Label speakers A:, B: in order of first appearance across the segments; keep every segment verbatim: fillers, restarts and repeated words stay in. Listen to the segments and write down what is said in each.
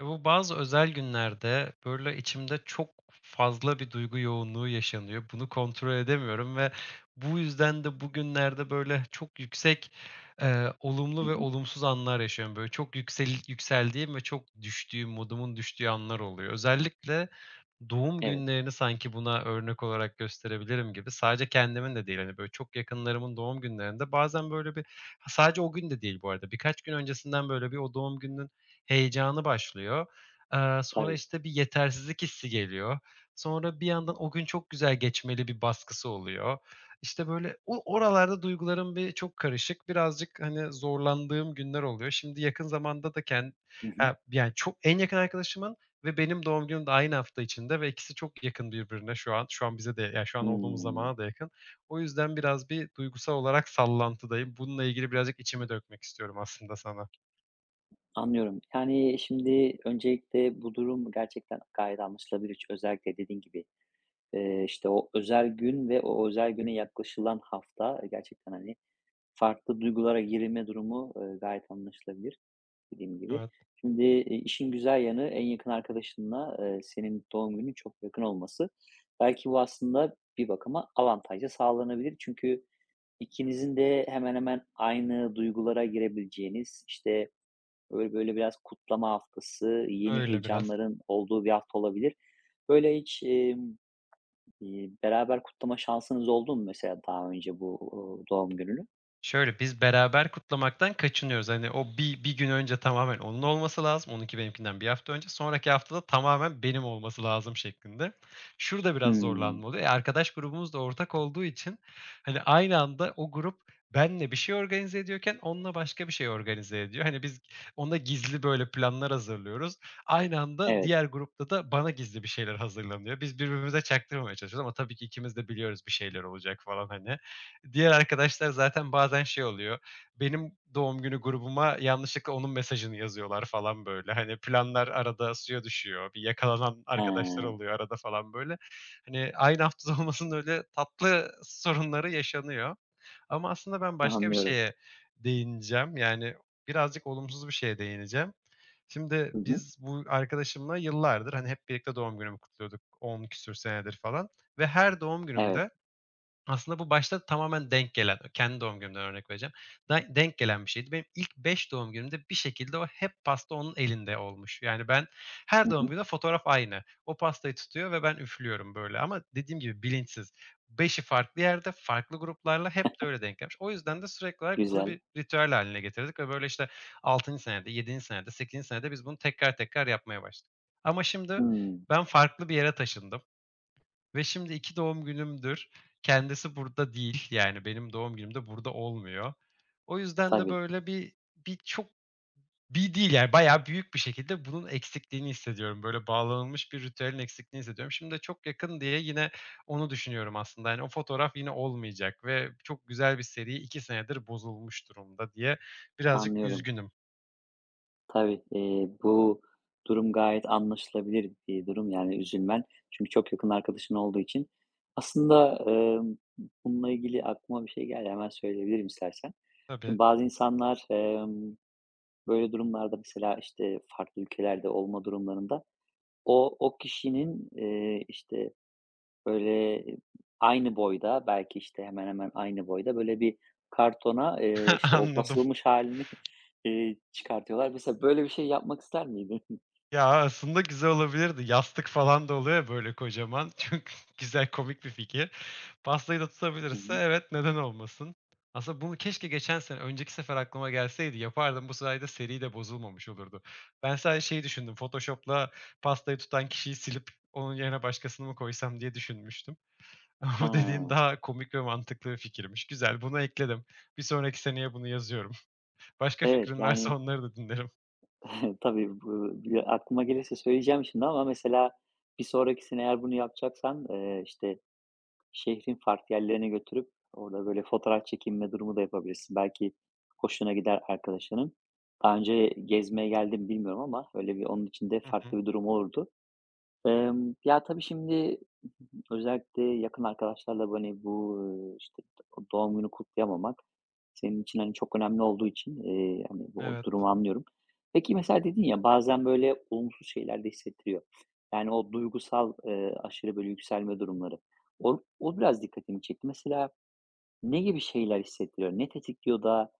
A: Ya, bu bazı özel günlerde, böyle, içimde çok fazla bir duygu yoğunluğu yaşanıyor. Bunu kontrol edemiyorum ve bu yüzden de bugünlerde, böyle, çok yüksek, eee,
B: Hı
A: olumlu ve
B: hı.
A: olumsuz anlar yaşıyorum. Böyle, çok yüksel yükseldiğim ve çok düştüğüm, modumun düştüğü anlar oluyor. Özellikle doğum
B: Evet,
A: günlerini sanki buna örnek olarak gösterebilirim gibi. Sadece kendimin de değil, hani, böyle, çok yakınlarımın doğum günlerinde bazen, böyle, bir Ha, sadece o gün de değil bu arada. Birkaç gün öncesinden, böyle, bir o doğum gününün heyecanı başlıyor. Eee, sonra,
B: tabii.
A: işte, bir yetersizlik hissi geliyor. Sonra bir yandan o gün çok güzel geçmeli bir baskısı oluyor. İşte, böyle, o oralarda duygularım bir çok karışık. Birazcık, hani, zorlandığım günler oluyor. Şimdi yakın zamanda da ken
B: Hı hı.
A: eee, yani, çok en yakın arkadaşımın ve benim doğum günüm de aynı hafta içinde ve ikisi çok yakın birbirine şu an. Şu an bize de, yani, şu an olduğumuz
B: Hımm.
A: zamana da yakın. O yüzden biraz bir duygusal olarak sallantıdayım. Bununla ilgili birazcık içimi dökmek istiyorum aslında sana.
B: Anlıyorum. Yani, şimdi öncelikle bu durum gerçekten gayet anlaşılabilir. Ç özellikle dediğin gibi, eee, işte, o özel gün ve o özel güne yaklaşılan hafta e, gerçekten, hani, farklı duygulara girme durumu, eee, gayet anlaşılabilir dediğim gibi.
A: Evet,
B: Şimdi, eee, işin güzel yanı en yakın arkadaşınla, eee, senin doğum günün çok yakın olması. Belki bu aslında bir bakıma avantaj sağlanabilir. Çünkü İkinizin de hemen hemen aynı duygulara girebileceğiniz, işte, böyle böyle biraz kutlama haftası, yeni
A: öyle biraz.
B: heyecanların olduğu bir hafta olabilir. Böyle hiç, emm, iii, beraber kutlama şansınız oldu mu mesela daha önce bu, uuu, doğum gününü?
A: Şöyle, biz beraber kutlamaktan kaçınıyoruz. Hani, o bir bir gün önce tamamen onun olması lazım. Onunki benimkinden bir hafta önce. Sonraki haftada tamamen benim olması lazım şeklinde. Şurada biraz
B: Hımm.
A: zorlanma oluyor. E, arkadaş grubumuz da ortak olduğu için, hani, aynı anda o grup benle bir şey organize ediyorken onunla başka bir şey organize ediyor. Hani, biz ona gizli böyle planlar hazırlıyoruz. Aynı anda
B: Evet.
A: diğer grupta da bana gizli bir şeyler hazırlanıyor. Biz birbirimize çaktırmamaya çalışıyoruz ama tabii ki ikimiz de biliyoruz bir şeyler olacak falan hani. Diğer arkadaşlar zaten bazen şey oluyor, benim doğum günü grubuma yanlışlıkla onun mesajını yazıyorlar falan böyle. Hani planlar arada suya düşüyor. Bir yakalanan arkadaşlar
B: He,
A: oluyor arada falan böyle. Hani aynı haftada olmasının öyle tatlı sorunları yaşanıyor. Ama aslında ben başka bir
B: anlıyorum.
A: şeye değineceğim. Yani birazcık olumsuz bir şeye değineceğim. Şimdi
B: Hı hı.
A: biz bu arkadaşımla yıllardır, hani, hep birlikte doğum günümü kutluyorduk on küsur senedir falan ve her doğum
B: Evet.
A: günümde aslında bu başta tamamen denk gelen, kendi doğum günümden örnek vereceğim. Da denk gelen bir şeydi. Benim ilk beş doğum günümde bir şekilde o hep pasta onun elinde olmuş. Yani ben
B: Hı
A: her doğum
B: hı.
A: günü fotoğraf aynı. O pastayı tutuyor ve ben üflüyorum böyle ama dediğim gibi bilinçsiz. Beşi farklı yerde, farklı gruplarla hep de öyle denk gelmiş. O yüzden de sürekli olarak bunu
B: Güzel.
A: bir ritüel haline getirdik ve böyle işte altıncı senede, yedinci senede, sekizinci senede biz bunu tekrar tekrar yapmaya başladık. Ama şimdi
B: Hımm.
A: ben farklı bir yere taşındım. Ve şimdi iki doğum günümdür kendisi burada değil. Yani benim doğum günüm de burada olmuyor. O yüzden de
B: Tabii,
A: böyle bir bir çok, bir değil yani bayağı büyük bir şekilde bunun eksikliğini hissediyorum. Böyle bağlanılmış bir ritüelin eksikliğini hissediyorum. Şimdi de çok yakın diye yine onu düşünüyorum aslında. Yani o fotoğraf yine olmayacak ve çok güzel bir seri iki senedir bozulmuş durumda diye birazcık
B: anlıyorum.
A: üzgünüm.
B: Tabii, eee, bu durum gayet anlaşılabilir bir durum, yani, üzülmen. Çünkü çok yakın arkadaşın olduğu için. Aslında, emm, bununla ilgili aklıma bir şey geldi, hemen söyleyebilirim istersen.
A: Tabii,
B: Şimdi bazı insanlar, emm, böyle durumlarda mesela, işte, farklı ülkelerde olma durumlarında o o kişinin, eee, işte, böyle aynı boyda, belki, işte, hemen hemen aynı boyda böyle bir kartona, eee, işte, o
A: anladım.
B: basılmış halini eee, çıkartıyorlar. Mesela böyle bir şey yapmak ister miydin?
A: Ya, aslında güzel olabilirdi. Yastık falan da oluyor ya, böyle, kocaman. Çünkü güzel, komik bir fikir. Pastayı da
B: Hı
A: tutabilirse
B: hı.
A: evet, neden olmasın? Aslında bunu keşke geçen sene, önceki sefer aklıma gelseydi yapardım. Bu sayede seri de bozulmamış olurdu. Ben sadece şeyi düşündüm, Photoshop'la pastayı tutan kişiyi silip onun yerine başkasını mı koysam diye düşünmüştüm. Ama
B: Ha,
A: bu dediğin daha komik ve mantıklı bir fikirmiş. Güzel, bunu ekledim. Bir sonraki seneye bunu yazıyorum. Başka
B: evet,
A: fikrin
B: yani,
A: varsa onları da dinlerim.
B: tabii bu bir aklıma gelirse söyleyeceğim şimdi ama mesela bir sonrakisine eğer bunu yapacaksan, eee, işte, şehrin farklı yerlerine götürüp orada böyle fotoğraf çekinme durumu da yapabilirsin. Belki hoşuna gider arkadaşının. Daha önce gezmeye geldi bilmiyorum ama öyle bir onun için de
A: Hı
B: farklı
A: hı.
B: bir durum olurdu. Emm, ya, tabii şimdi özellikle yakın arkadaşlarla, hani, bu, ııı, işte, do doğum günü kutlayamamak senin için, hani, çok önemli olduğu için, eee, hani, bu
A: Evet.
B: durumu anlıyorum. Peki, mesela dedin ya, bazen böyle olumsuz şeyler de hissettiriyor. Yani o duygusal, eee, aşırı böyle yükselme durumları. O o biraz dikkatimi çekti. Mesela ne gibi şeyler hissettiriyor? Ne tetikliyor da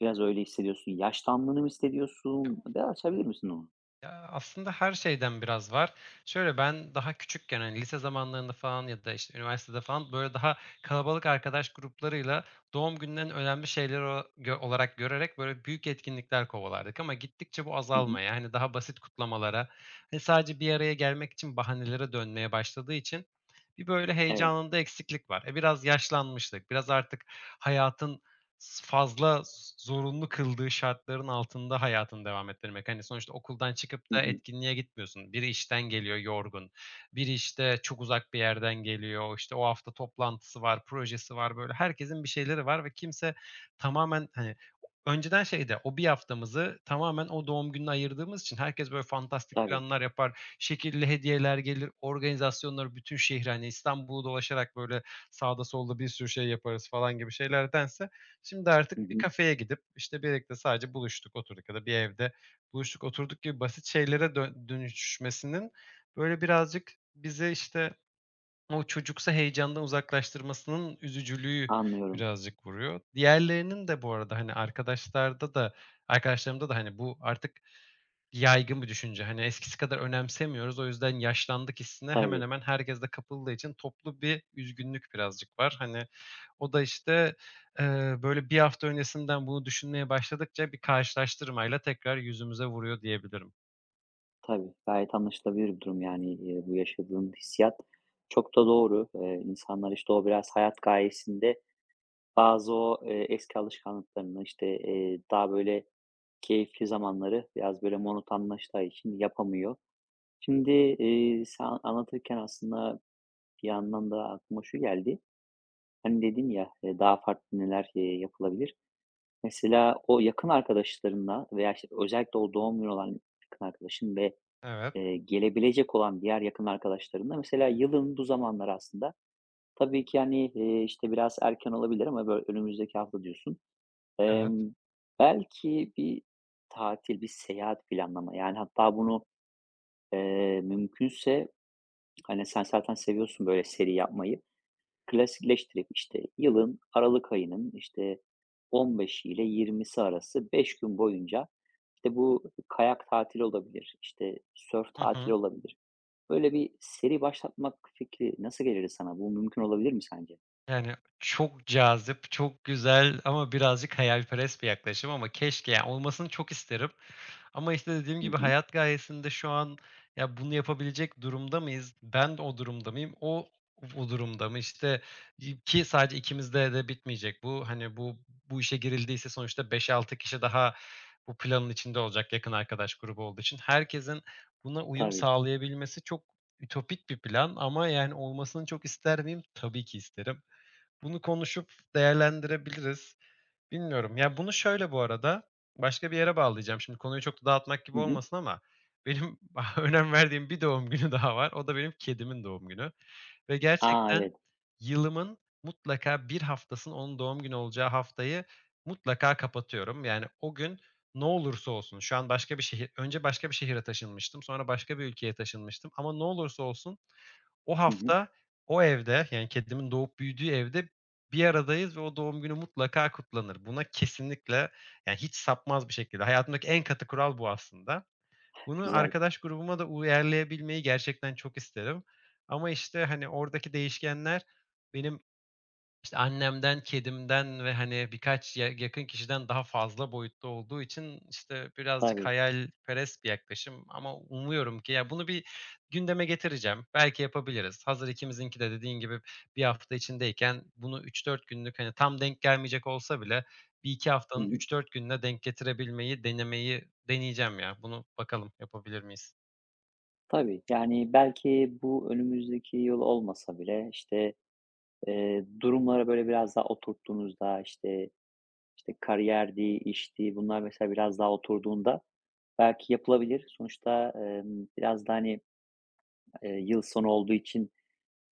B: biraz öyle hissediyorsun? Yaşlandığını mı hissediyorsun? Biraz açabilir misin onu?
A: Ya, aslında her şeyden biraz var. Şöyle, ben daha küçükken, hani, lise zamanlarında falan ya da, işte, üniversitede falan, böyle, daha kalabalık arkadaş gruplarıyla doğum günlerini önemli şeyler o gö olarak görerek, böyle, büyük etkinlikler kovalardık ama gittikçe bu
B: Hı hı.
A: azalmaya, hani, daha basit kutlamalara, hani, sadece bir araya gelmek için bahanelere dönmeye başladığı için bir, böyle,
B: Evet.
A: heyecanında eksiklik var. E, biraz yaşlanmıştık, biraz artık hayatın S fazla zorunlu kıldığı şartların altında hayatını devam ettirmek. Hani, sonuçta okuldan çıkıp
B: Hı
A: da
B: hı.
A: etkinliğe gitmiyorsun. Biri işten geliyor yorgun, biri, işte, çok uzak bir yerden geliyor, İşte o hafta toplantısı var, projesi var, böyle, herkesin bir şeyleri var ve kimse tamamen, hani, önceden şeydi, o bir haftamızı tamamen o doğum gününe ayırdığımız için herkes, böyle, fantastik
B: Tabii.
A: planlar yapar, şekilli hediyeler gelir, organizasyonları bütün şehri, hani, İstanbul'u dolaşarak, böyle, sağda solda bir sürü şey yaparız falan gibi şeylerdense şimdi
B: Hı
A: artık bir
B: hı.
A: kafeye gidip, işte, birlikte sadece buluştuk, oturduk ya da bir evde buluştuk, oturduk gibi basit şeylere dön dönüşmesinin, böyle, birazcık bizi, işte, o çocuksa heyecandan uzaklaştırmasının üzücülüğü
B: Anlıyorum.
A: birazcık vuruyor. Diğerlerinin de bu arada, hani, arkadaşlarda da arkadaşlarımda da, hani, bu artık yaygın bir düşünce. Hani, eskisi kadar önemsemiyoruz. O yüzden yaşlandık hissine hemen
B: Tabii,
A: hemen herkes de kapıldığı için toplu bir üzgünlük birazcık var. Hani, o da, işte, eee, böyle, bir hafta öncesinden bunu düşünmeye başladıkça bir karşılaştırmayla tekrar yüzümüze vuruyor diyebilirim.
B: tabii. Gayet anlaşılabilir bir durum yani, eee, bu yaşadığın hissiyat çok da doğru. Eee, insanlar, işte, o biraz hayat gayesinde bazı o, eee, eski alışkanlıklarını, işte, eee, daha böyle keyifli zamanları biraz böyle monotonlaştığı için yapamıyor. Şimdi, eee, sen anlatırken aslında bir yandan da aklıma şu geldi. Hani, dedin ya, eee, daha farklı neler, eee, yapılabilir? Mesela o yakın arkadaşlarınla veya, işte, özellikle o doğum günü olan yakın arkadaşın ve
A: Evet,
B: Eee, gelebilecek olan diğer yakın arkadaşlarımla mesela yılın bu zamanları aslında tabii ki, hani, eee, işte, biraz erken olabilir ama böyle önümüzdeki hafta diyorsun.
A: evet.
B: Emm, belki bir tatil, bir seyahat planlama, yani, hatta bunu, eee, mümkünse, hani, sen zaten seviyorsun böyle seri yapmayı, klasikleştirip, işte, yılın aralık ayının, işte, on beşi ile yirmisi arası beş gün boyunca, işte, bu kayak tatili olabilir, işte, sörf
A: Hı hı.
B: tatili olabilir. Böyle bir seri başlatmak fikri nasıl gelirdi sana? Bu mümkün olabilir mi sence?
A: Yani, çok cazip, çok güzel ama birazcık hayalperest bir yaklaşım ama keşke, yani, olmasını çok isterim ama, işte, dediğim
B: Hı
A: gibi
B: hı.
A: hayat gayesinde şu an, ya, bunu yapabilecek durumda mıyız? Ben de o durumda mıyım? O, o durumda mı? İşte, ki sadece ikimizde de bitmeyecek bu. Hani, bu bu işe girildiyse sonuçta beş altı kişi daha bu planın içinde olacak yakın arkadaş grubu olduğu için. Herkesin buna uyum
B: Tabii.
A: sağlayabilmesi çok ütopik bir plan ama, yani, olmasını çok ister miyim? Tabii ki isterim. Bunu konuşup değerlendirebiliriz. Bilmiyorum. Ya, bunu şöyle bu arada, başka bir yere bağlayacağım. Şimdi konuyu çok da dağıtmak gibi
B: Hı hı.
A: olmasın ama benim önem verdiğim bir doğum günü daha var. O da benim kedimin doğum günü ve
B: A,
A: gerçekten
B: evet.
A: yılımın mutlaka bir haftasının onun doğum günü olacağı haftayı mutlaka kapatıyorum. Yani o gün ne olursa olsun, şu an başka bir şehir önce başka bir şehire taşınmıştım, sonra başka bir ülkeye taşınmıştım ama ne olursa olsun o
B: Hı hı.
A: hafta o evde, yani kedimin doğup büyüdüğü evde bir aradayız ve o doğum günü mutlaka kutlanır. Buna kesinlikle, yani, hiç sapmaz bir şekilde hayatımdaki en katı kural bu aslında. Bunu
B: Güzel.
A: arkadaş grubuma da uyarlayabilmeyi gerçekten çok isterim ama, işte, hani, oradaki değişkenler benim işte annemden, kedimden ve, hani, birkaç ya yakın kişiden daha fazla boyutta olduğu için, işte, birazcık
B: Tabii.
A: hayalperest bir yaklaşım ama umuyorum ki ya, bunu bir gündeme getireceğim. Belki yapabiliriz. Hazır ikimizinki de dediğin gibi bir hafta içindeyken bunu üç dört günlük, hani, tam denk gelmeyecek olsa bile bir iki
B: Hı
A: haftanın
B: hı.
A: üç dört gününe denk getirebilmeyi denemeyi deneyeceğim ya. Bunu bakalım yapabilir miyiz?
B: Tabii. Yani belki bu önümüzdeki yıl olmasa bile, işte, eee, durumları böyle biraz daha oturttuğunuzda, işte işte kariyerdi, işti, bunlar mesela biraz daha oturduğunda belki yapılabilir. Sonuçta, emm, biraz da, hani, eee, yıl sonu olduğu için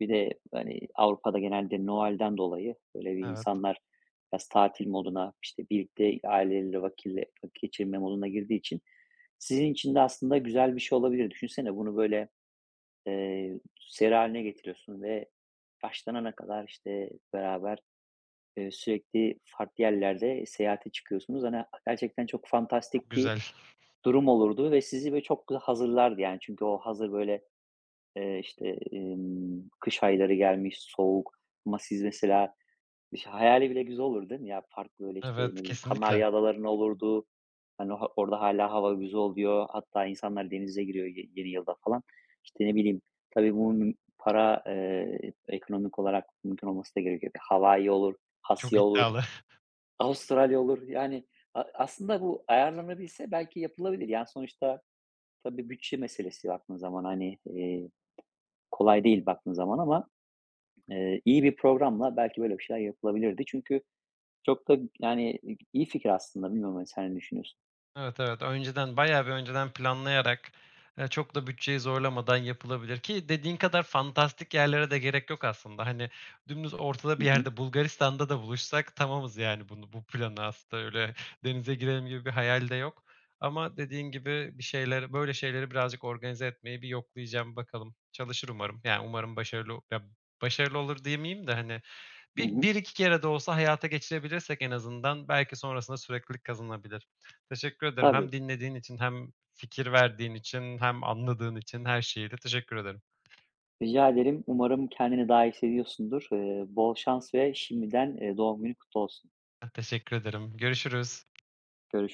B: bir de, hani, Avrupa'da genelde Noel'den dolayı, böyle, bir
A: Evet,
B: insanlar biraz tatil moduna, işte, birlikte aileleriyle vakille vakit geçirme moduna girdiği için sizin için de aslında güzel bir şey olabilir. Düşünsene bunu, böyle, eee, seri hâline getiriyorsun ve yaşlanana kadar, işte, beraber, eee, sürekli farklı yerlerde seyahate çıkıyorsunuz. Hani, gerçekten çok
A: çok
B: fantastik bir
A: güzel.
B: durum olurdu ve sizi, böyle, çok da hazırlardı, yani. Çünkü o hazır, böyle, Eee, işte, emm, kış ayları gelmiş, soğuk ama siz mesela işte hayali bile güzel olur değil mi? Ya, farklı, böyle, işte, ne
A: Evet,
B: bileyim,
A: kesinlikle.
B: Kanarya Adaları'nın olurdu. Hani, ha orada hâlâ hava güzel oluyor. Hatta insanlar denize giriyor ye yeni yılda falan. İşte, ne bileyim, tabii bunun para, eee, ekonomik olarak mümkün olması da gerekiyor. Bir Hawaii olur,
A: Çok
B: Asya olur,
A: iddialı.
B: Avustralya olur. Yani, a aslında bu ayarlanabilse belki yapılabilir. Yani, sonuçta tabii bütçe meselesi baktığın zaman, hani, eee, kolay değil baktığın zaman ama, eee, iyi bir programla belki böyle bir şeyler yapılabilirdi. Çünkü çok da yani iyi fikir aslında. Bilmiyorum, hani, sen ne düşünüyorsun?
A: Evet, evet. Önceden, bayağı bir önceden planlayarak, eee, çok da bütçeyi zorlamadan yapılabilir ki dediğin kadar fantastik yerlere de gerek yok aslında. Hani, dümdüz ortada
B: Hı
A: bir
B: hı.
A: yerde Bulgaristan'da da buluşsak tamamız yani bunu bu planı aslında öyle denize girelim gibi bir hayal de yok. Ama dediğin gibi bir şeyler böyle şeyleri birazcık organize etmeyi bir yoklayacağım bakalım. Çalışır umarım. Yani umarım başarılı ya, başarılı olur diyemeyeyim de, hani,
B: Hı
A: bir
B: hı.
A: bir iki kere de olsa hayata geçirebilirsek en azından belki sonrasında süreklilik kazanabilir. Teşekkür ederim. Hem
B: Tabii.
A: dinlediğin için hem fikir verdiğin için hem anladığın için her şeyiyle teşekkür ederim.
B: Rica ederim. Umarım kendini daha iyi hissediyorsundur. Eee, bol şans ve şimdiden, eee, doğum günü kutlu olsun.
A: Teşekkür ederim. Görüşürüz.
B: Görüşürüz.